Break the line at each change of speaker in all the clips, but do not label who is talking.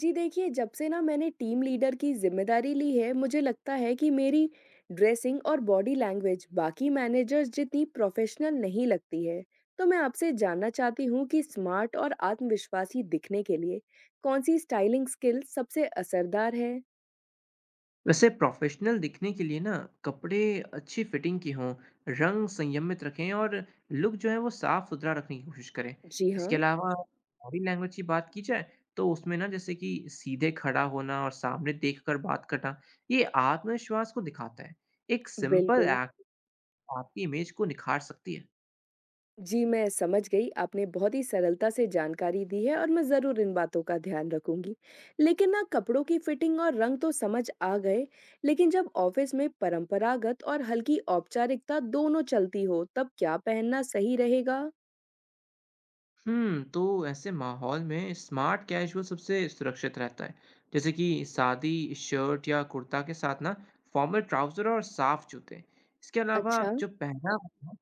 जी देखिए, जब से ना मैंने टीम लीडर की ज़िम्मेदारी ली है, मुझे लगता है कि मेरी ड्रेसिंग और बॉडी लैंग्वेज बाकी मैनेजर्स जितनी प्रोफेशनल नहीं लगती है। तो मैं आपसे जानना चाहती हूँ कि स्मार्ट और आत्मविश्वासी दिखने के लिए कौन सी स्टाइलिंग स्किल सबसे असरदार है?
वैसे प्रोफेशनल दिखने के लिए ना कपड़े अच्छी फिटिंग की हों, रंग संयमित रखें और लुक जो है वो साफ सुथरा रखने की कोशिश करें।
जी
इसके
हाँ,
अलावा बॉडी लैंग्वेज की बात की जाए तो उसमें ना जैसे कि सीधे खड़ा होना और सामने देखकर बात करना ये आत्मविश्वास को दिखाता है। एक सिंपल
बिल्कुल।
एक्ट आपकी इमेज को निखार सकती है।
जी, मैं समझ गई। आपने बहुत ही सरलता से जानकारी दी है और मैं ज़रूर इन बातों का ध्यान रखूँगी। लेकिन ना कपड़ों की फिटिंग और रंग तो समझ आ गए, लेकिन जब ऑफ़िस में परंपरागत और हल्की औपचारिकता दोनों चलती हो, तब क्या पहनना सही रहेगा?
तो ऐसे माहौल में स्मार्ट कैजुअल सबसे सुरक्षित रहता है। जैसे कि सादी शर्ट या कुर्ता के साथ ना फॉर्मल ट्राउज़र और साफ जूते। इसके अलावा
अच्छा,
जो पहनावा है ना,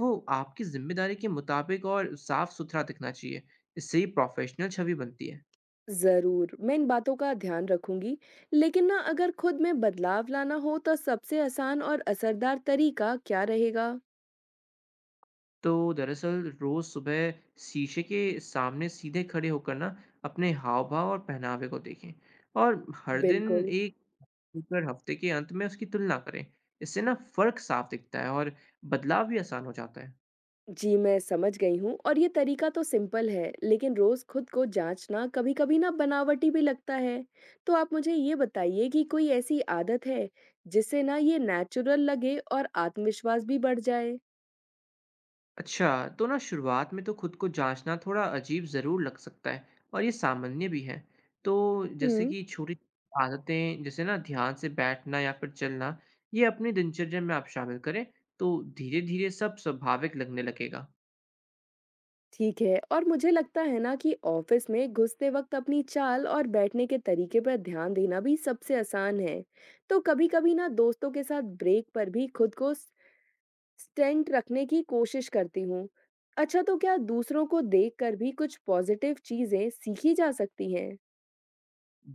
वो आपकी ज़िम्मेदारी के मुताबिक और साफ-सुथरा दिखना चाहिए। इससे ही प्रोफ़ेशनल छवि बनती है।
ज़रूर। मैं इन बातों का ध्यान रखूँगी। लेकिन ना अगर खुद में बदलाव लाना हो तो सबसे आसान और असरदार तरीका क्या रहेगा?
तो दरअसल रोज सुबह शीशे के सामने सीधे खड़े होकर ना अपने हाव भाव और पहनावे को देखें और हर दिन
बिल्कुल।
एक कर हफ्ते के अंत में उसकी तुलना करें। इससे ना फर्क साफ दिखता है और बदलाव भी आसान हो जाता है।
जी, मैं समझ गई हूँ और ये तरीका तो सिंपल है, लेकिन रोज़ खुद को जाँचना कभी-कभी ना बनावटी भी लगता है। तो आप मुझे ये बताइए कि कोई ऐसी आदत है, जिससे ना ये नेचुरल लगे और आत्मविश्वास भी बढ़ जाए?
अच्छा, तो ना शुरुआत में तो खुद को जांचना थोड़ा अजीब ज़रूर लग सकता है और ये सामान्य भी है। तो जैसे
हुँ।
कि छोटी आदतें जैसे ना ध्यान से बैठना या फिर चलना, ये अपनी दिनचर्या में आप शामिल करें तो धीरे धीरे सब स्वाभाविक लगने लगेगा।
ठीक है। और मुझे लगता है ना कि ऑफ़िस में घुसते वक़्त अपनी चाल और बैठने के तरीके पर ध्यान देना भी सबसे आसान है। तो कभी-कभी ना दोस्तों के साथ ब्रेक पर भी खुद को स स्टेंट रखने की कोशिश करती हूँ। अच्छा, तो क्या दूसरों को देखकर भी कुछ पॉज़िटिव चीज़ें सीखी जा सकती हैं?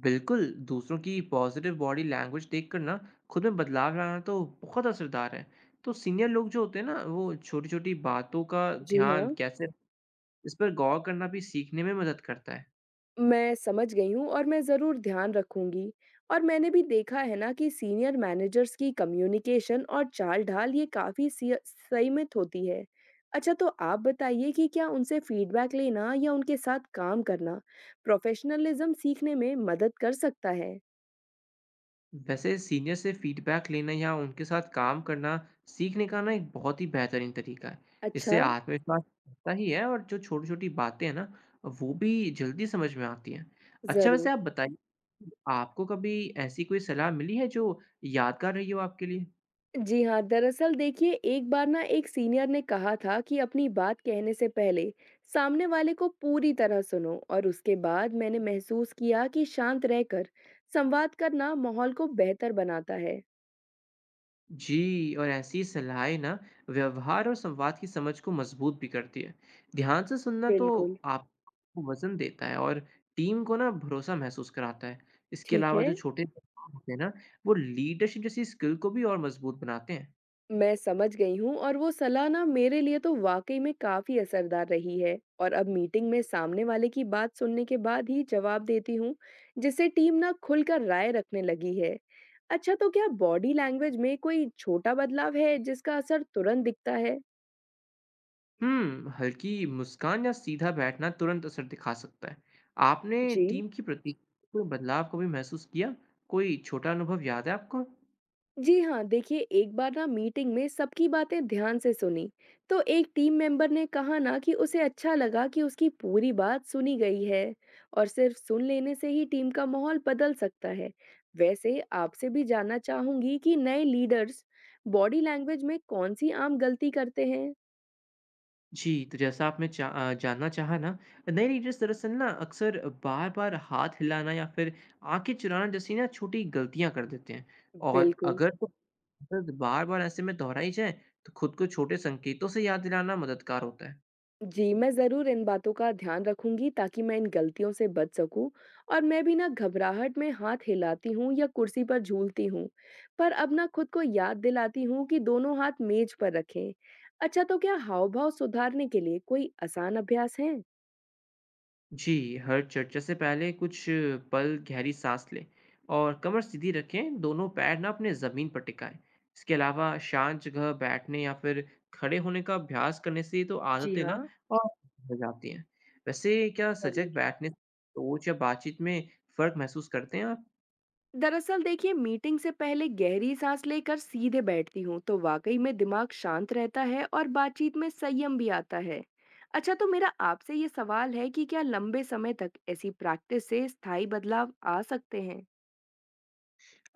बिल्कुल दूसरों की पॉजिटिव बॉडी लैंग्वेज देखकर ना खुद में बदलाव लाना तो बहुत असरदार है। तो सीनियर लोग जो होते हैं ना वो छोटी छोटी बातों का
जी
ध्यान
हाँ।
कैसे, इस पर गौर करना भी सीखने में मदद करता है।
मैं समझ गई हूँ और मैं ज़रूर ध्यान रखूँगी। और मैंने भी देखा है ना कि सीनियर मैनेजर्स की कम्युनिकेशन और चाल-ढाल ये काफ़ी सिय संयमित होती है। अच्छा, तो आप बताइए कि क्या उनसे फीडबैक लेना या उनके साथ काम करना प्रोफ़ेशनलिज़्म सीखने में मदद कर सकता है?
वैसे सीनियर से फीडबैक लेना या उनके साथ काम करना सीखने का ना एक बहुत ही बेहतरीन तरीका है। इससे
अच्छा,
आत्मविश्वास बढ़ता ही है और जो छोटी छोटी बातें हैं ना वो भी जल्दी समझ में आती हैं। अच्छा, वैसे
ज़रूर।
आप बताइए, आपको कभी ऐसी कोई सलाह मिली है जो यादगार रही हो आपके लिए?
जी हाँ, दरअसल देखिए एक बार ना एक सीनियर ने कहा था कि अपनी बात कहने से पहले सामने वाले को पूरी तरह सुनो। और उसके बाद मैंने महसूस किया कि शांत रहकर संवाद करना माहौल को बेहतर बनाता है।
जी, और ऐसी सलाहें ना व्यवहार और संवाद की समझ को मजबूत भी करती है। ध्यान से सुनना तो
बिल्कुल,
आपको वजन देता है और टीम को ना भरोसा महसूस कराता है। इसके
ठीक
अलावा
है।
जो छोटे बदलाव होते हैं ना वो लीडरशिप जैसी स्किल को भी और मजबूत बनाते हैं।
मैं समझ गई हूँ। और वो सलाह ना मेरे लिए तो वाकई में काफी असरदार रही है, और अब मीटिंग में सामने वाले की बात सुनने के बाद ही जवाब देती हूँ, जिससे टीम ना खुलकर राय रखने लगी है। अच्छा, तो क्या बॉडी लैंग्वेज में कोई छोटा बदलाव है जिसका असर तुरंत दिखता है?
हल्की मुस्कान या सीधा बैठना तुरंत असर दिखा सकता है। आपने
जी।
टीम की प्रति कोई बदलाव को भी महसूस किया? कोई छोटा अनुभव याद है आपको?
जी हाँ, देखिए, एक बार ना मीटिंग में सबकी बातें ध्यान से सुनी, तो एक टीम मेंबर ने कहा ना कि उसे अच्छा लगा कि उसकी पूरी बात सुनी गई है। और सिर्फ सुन लेने से ही टीम का माहौल बदल सकता है। वैसे आपसे भी जानना चाहूंगी कि नए लीडर्स बॉडी लैंग्वेज में कौन सी आम गलती करते हैं?
जी, तो जैसा आपने जानना चाहा ना, नई रीडर्स दरअसल ना अक्सर बार-बार हाथ हिलाना या फिर आँखें चुराना जैसी ना छोटी गलतियाँ कर देते हैं। और
बिल्कुल।
अगर तो बार-बार ऐसे में दोहराई जाए, तो खुद को छोटे संकेतों से याद दिलाना मददगार होता है।
जी, मैं ज़रूर इन बातों का ध्यान रखूंगी ताकि मैं इन गलतियों से बच सकूं। और मैं भी ना घबराहट में हाथ हिलाती हूँ या कुर्सी पर झूलती हूँ, पर अब ना खुद को याद दिलाती हूँ कि दोनों हाथ मेज पर रखें। अच्छा, तो क्या हाव भाव सुधारने के लिए कोई आसान अभ्यास है?
जी, हर चर्चा से पहले कुछ पल गहरी सांस लें और कमर सीधी रखें, दोनों पैर ना अपने ज़मीन पर टिकाएं। इसके अलावा शांत जगह बैठने या फिर खड़े होने का अभ्यास करने से ये तो
जी
आदतें ना
हाँ,
और हो जाती हैं। वैसे क्या
जरूर।
सजग बैठने से सोच या बातचीत में फर्क महसूस करते हैं आप?
दरअसल देखिए, मीटिंग से पहले गहरी सांस लेकर सीधे बैठती हूँ तो वाकई में दिमाग शांत रहता है और बातचीत में संयम भी आता है। अच्छा, तो मेरा आपसे ये सवाल है कि क्या लंबे समय तक ऐसी प्रैक्टिस से स्थायी बदलाव आ सकते हैं?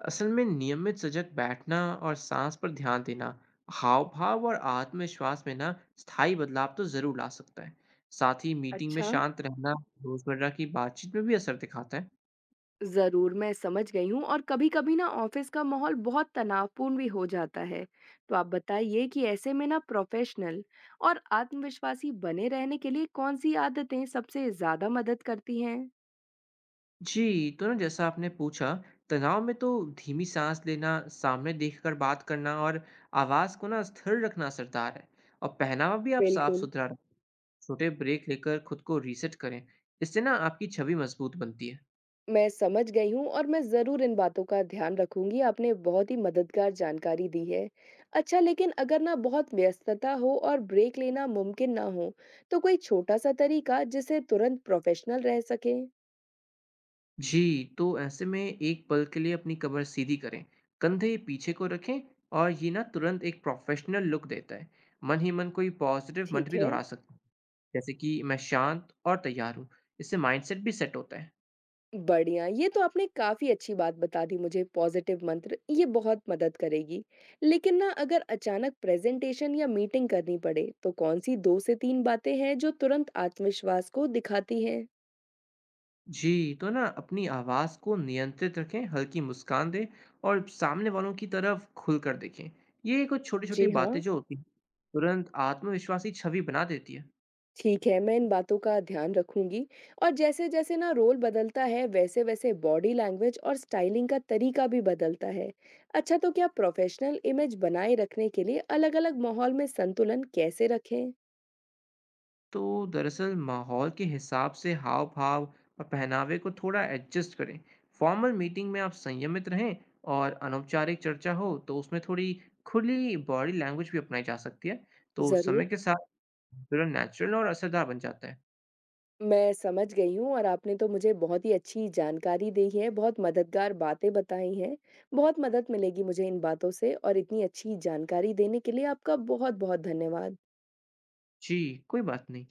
असल में नियमित सजग बैठना और सांस पर ध्यान देना हाव भाव और आत्मविश्वास में ना स्थायी बदलाव तो जरूर ला सकता है। साथ ही मीटिंग में
अच्छा।
शांत रहना रोजमर्रा की बातचीत में भी असर दिखाता है।
जरूर, मैं समझ गई हूँ। और कभी कभी ना ऑफिस का माहौल बहुत तनावपूर्ण भी हो जाता है। तो आप बताइए कि ऐसे में ना प्रोफेशनल और आत्मविश्वासी बने रहने के लिए कौन सी आदतें सबसे ज्यादा मदद करती हैं?
जी, तो ना जैसा आपने पूछा, तनाव में तो धीमी सांस लेना, सामने देखकर बात करना और आवाज को ना स्थिर रखना असरदार है। और पहनावा भी आप साफ
बिल्कुल।
सुथरा रखें। छोटे ब्रेक लेकर खुद को रीसेट करें, इससे ना आपकी छवि मजबूत बनती है।
मैं समझ गई हूँ और मैं ज़रूर इन बातों का ध्यान रखूंगी। आपने बहुत ही मददगार जानकारी दी है। अच्छा, लेकिन अगर ना बहुत व्यस्तता हो और ब्रेक लेना मुमकिन ना हो, तो कोई छोटा-सा तरीका जिससे तुरंत प्रोफेशनल रह सके?
जी, तो ऐसे में एक पल के लिए अपनी कमर सीधी करें, कंधे पीछे को रखें और ये ना तुरंत एक प्रोफेशनल लुक देता है। मन ही मन कोई पॉजिटिव मंत्र
ठीक
भी
है।
दोहरा सकते हैं, जैसे कि मैं शांत और तैयार हूँ। इससे माइंडसेट भी सेट होता है।
बढ़िया, ये तो आपने काफी अच्छी बात बता दी। मुझे पॉजिटिव मंत्र, ये बहुत मदद करेगी। लेकिन ना अगर अचानक प्रेजेंटेशन या मीटिंग करनी पड़े, तो कौन सी 2 से 3 बातें हैं जो तुरंत आत्मविश्वास को दिखाती हैं?
जी, तो ना अपनी आवाज़ को नियंत्रित रखें, हल्की मुस्कान दें और सामने वालों की तरफ खुलकर देखें। ये कुछ छोटी-छोटी
जी
बातें
हाँ।
जो होती हैं, तुरंत आत्मविश्वासी छवि बना देती है।
ठीक है, मैं इन बातों का ध्यान रखूंगी। और जैसे-जैसे ना रोल बदलता है, वैसे-वैसे बॉडी लैंग्वेज और स्टाइलिंग का तरीका भी बदलता है। अच्छा, तो क्या प्रोफेशनल इमेज बनाए रखने के लिए अलग-अलग माहौल में संतुलन कैसे रखें?
तो दरअसल माहौल के हिसाब से हाव भाव और पहनावे को थोड़ा एडजस्ट करें। फॉर्मल मीटिंग में आप संयमित रहें और अनौपचारिक चर्चा हो तो उसमें थोड़ी खुली बॉडी लैंग्वेज भी अपनाई जा सकती है। तो समय
ज़रूर,
के साथ नेचुरल और असरदार बन जाता है।
मैं समझ गई हूँ और आपने तो मुझे बहुत ही अच्छी जानकारी दी है, बहुत मददगार बातें बताई हैं। बहुत मदद मिलेगी मुझे इन बातों से, और इतनी अच्छी जानकारी देने के लिए आपका बहुत-बहुत धन्यवाद।
जी, कोई बात नहीं।